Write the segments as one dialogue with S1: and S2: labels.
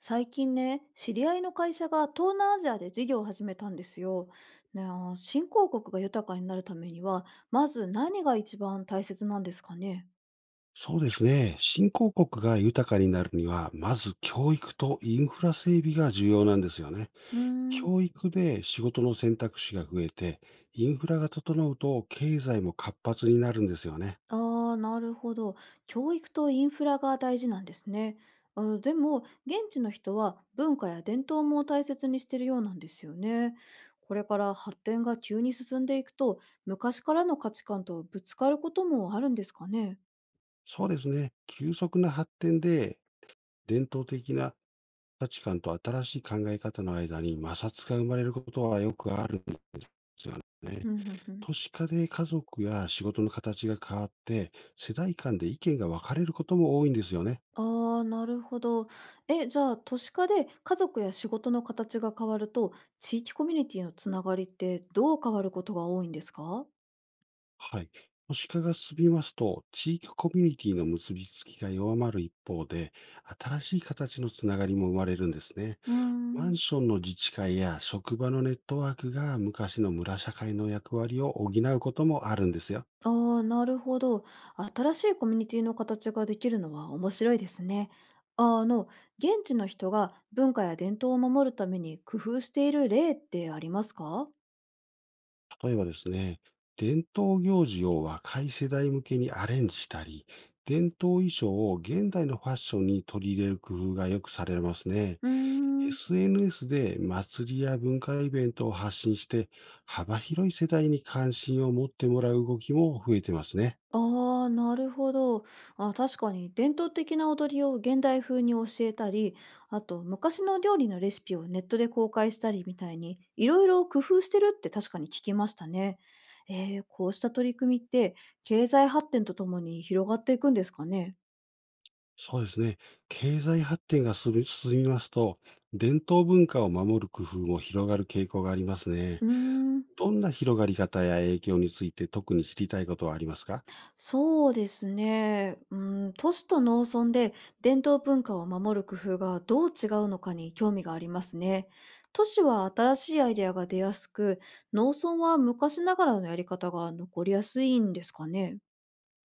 S1: 最近ね、知り合いの会社が東南アジアで事業を始めたんですよ。新興国が豊かになるためには、まず何が一番大切なんですかね。
S2: そうですね。新興国が豊かになるには、まず教育とインフラ整備が重要なんですよね。
S1: うーん。
S2: 教育で仕事の選択肢が増えて、インフラが整うと経済も活発になるんですよね。
S1: ああ、なるほど。教育とインフラが大事なんですね。でも、現地の人は文化や伝統も大切にしてるようなんですよね。これから発展が急に進んでいくと、昔からの価値観とぶつかることもあるんですかね。
S2: そうですね。急速な発展で、伝統的な価値観と新しい考え方の間に摩擦が生まれることはよくあるんですよね。
S1: うんうんうん。
S2: 都市化で家族や仕事の形が変わって、世代間で意見が分かれることも多いんですよね。
S1: ああ、なるほど。じゃあ、都市化で家族や仕事の形が変わると、地域コミュニティのつながりってどう変わることが多いんですか？
S2: はい。都市化が進みますと、地域コミュニティの結びつきが弱まる一方で、新しい形のつながりも生まれるんですね。
S1: うー
S2: マン
S1: ん。
S2: ションの自治会や職場のネットワークが昔の村社会の役割を補うこともあるんですよ。
S1: ああ、なるほど。新しいコミュニティの形ができるのは面白いですね。ああの、現地の人が文化や伝統を守るために工夫している例ってありますか？
S2: 例えばですね、伝統行事を若い世代向けにアレンジしたり、伝統衣装を現代のファッションに取り入れる工夫がよくされますね。
S1: うーん。
S2: SNS で祭りや文化イベントを発信して、幅広い世代に関心を持ってもらう動きも増えてますね。
S1: ああ、なるほど。確かに伝統的な踊りを現代風に教えたり、あと昔の料理のレシピをネットで公開したりみたいに、いろいろ工夫してるって確かに聞きましたね。こうした取り組みって経済発展とともに広がっていくんですかね。
S2: そうですね。経済発展が進みますと、伝統文化を守る工夫も広がる傾向があります
S1: う
S2: ね。
S1: ーん。
S2: どんな広がり方や影響について特に知りたいことはありますか？
S1: そうですね。うん、都市と農村で伝統文化を守る工夫がどう違うのかに興味がありますね。都市は新しいアイデアが出やすく、農村は昔ながらのやり方が残りやすいんですかね。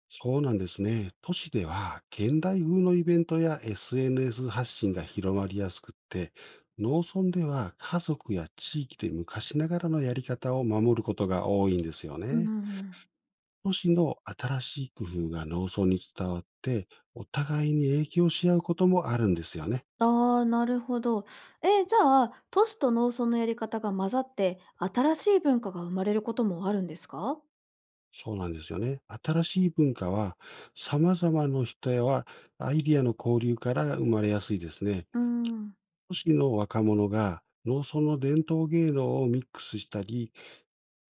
S2: そうなんですね。都市では現代風のイベントや SNS 発信が広まりやすくって、農村では家族や地域で昔ながらのやり方を守ることが多いんですよ
S1: う
S2: ね。
S1: ん。
S2: 都市の新しい工夫が農村に伝わって、お互いに影響し合うこともあるんですよね。
S1: ああ、なるほど。じゃあ、都市と農村のやり方が混ざって、新しい文化が生まれることもあるんですか？
S2: そうなんですよね。新しい文化は様々な人やアイディアの交流から生まれやすいですね。
S1: うん。
S2: 都市の若者が農村の伝統芸能をミックスしたり、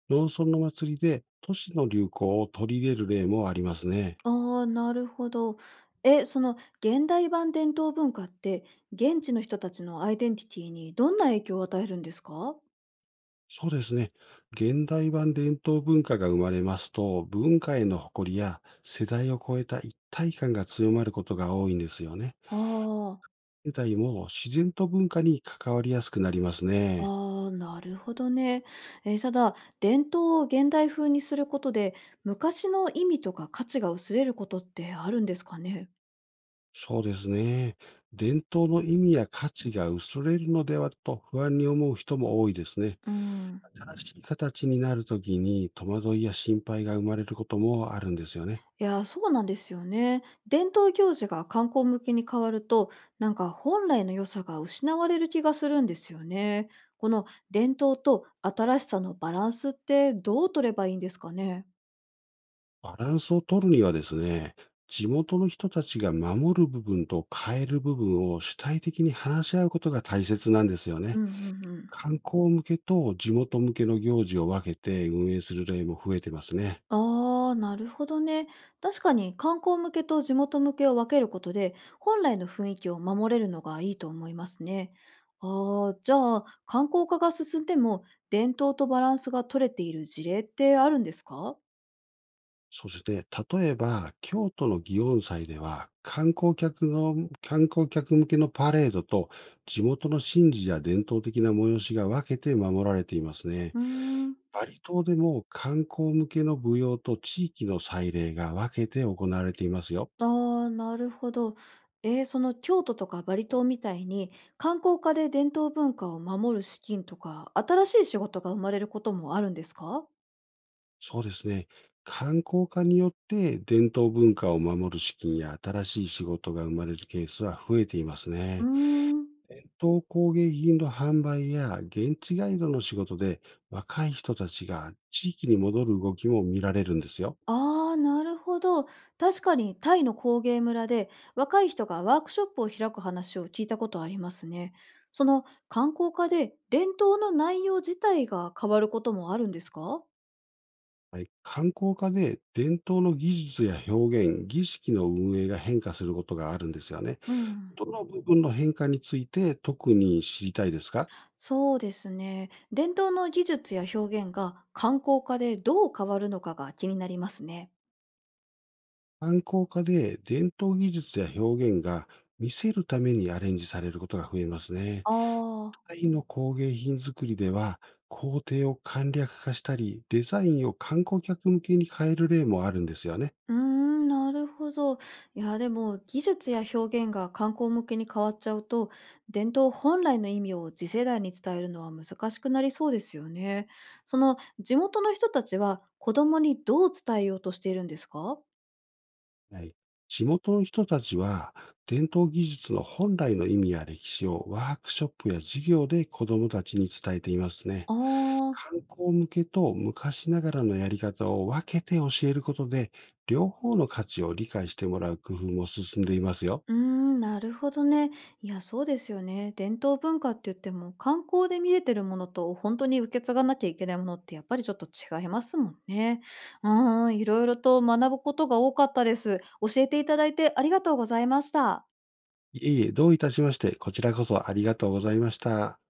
S2: 農村の祭りで都市の流行を取り入れる例もありますね。
S1: ああ、なるほど。その現代版伝統文化って、現地の人たちのアイデンティティにどんな影響を与えるんですか？
S2: そうですね。現代版伝統文化が生まれますと、文化への誇りや世代を超えた一体感が強まることが多いんですよね。
S1: ああ、
S2: 世代も自然と文化に関わりやすくなりますね。
S1: ああ、なるほどね。ただ、伝統を現代風にすることで、昔の意味とか価値が薄れることってあるんですかね？
S2: そうですね。伝統の意味や価値が薄れるのではと不安に思う人も多いですね。
S1: うん。
S2: 正しい形になるときに戸惑いや心配が生まれることもあるんですよね。
S1: いやー、そうなんですよね。伝統行事が観光向けに変わると、なんか本来の良さが失われる気がするんですよね。この伝統と新しさのバランスってどう取ればいいんですかね。
S2: バランスを取るにはですね、地元の人たちが守る部分と変える部分を主体的に話し合うことが大切なんですよ
S1: う
S2: ね。
S1: んうんうん。
S2: 観光向けと地元向けの行事を分けて運営する例も増えてますね。
S1: ああ、なるほどね。確かに観光向けと地元向けを分けることで、本来の雰囲気を守れるのがいいと思いますね。ああ、じゃあ観光化が進んでも伝統とバランスが取れている事例ってあるんですか？
S2: そして、例えば、京都の祇園祭では、観光客向けのパレードと、地元の神事や伝統的な催しが分けて守られていますね。
S1: うーん。
S2: バリ島でも観光向けの舞踊と地域の祭礼が分けて行われていますよ。
S1: ああ、なるほど。その京都とかバリ島みたいに観光化で伝統文化を守る資金とか新しい仕事が生まれることもあるんですか？
S2: そうですね。観光化によって伝統文化を守る資金や新しい仕事が生まれるケースは増えています
S1: うー
S2: ね。
S1: ん。
S2: 陶工芸品の販売や現地ガイドの仕事で若い人たちが地域に戻る動きも見られるんですよ。
S1: ああー、なるほど。確かにタイの工芸村で若い人がワークショップを開く話を聞いたことありますね。その観光化で伝統の内容自体が変わることもあるんですか？
S2: はい、観光化で伝統の技術や表現、儀式の運営が変化することがあるんですよね。
S1: うん。
S2: どの部分の変化について特に知りたいですか？
S1: そうですね。伝統の技術や表現が観光化でどう変わるのかが気になりますね。
S2: 観光化で伝統技術や表現が見せるためにアレンジされることが増えますね。
S1: ああ、
S2: タイの工芸品作りでは、工程を簡略化したり、デザインを観光客向けに変える例もあるんですよね。
S1: うーん、なるほど。いや、でも技術や表現が観光向けに変わっちゃうと、伝統本来の意味を次世代に伝えるのは難しくなりそうですよね。その地元の人たちは子供にどう伝えようとしているんですか？
S2: はい。地元の人たちは、伝統技術の本来の意味や歴史をワークショップや授業で子どもたちに伝えていますね。
S1: ああー。
S2: 観光向けと昔ながらのやり方を分けて教えることで、両方の価値を理解してもらう工夫も進んでいますよ。
S1: うーん、なるほどね。いや、そうですよね。伝統文化って言っても、観光で見れてるものと、本当に受け継がなきゃいけないものって、やっぱりちょっと違いますもんね。いろいろと学ぶことが多かったです。教えていただいてありがとうございました。
S2: いえいえ、どういたしまして、こちらこそありがとうございました。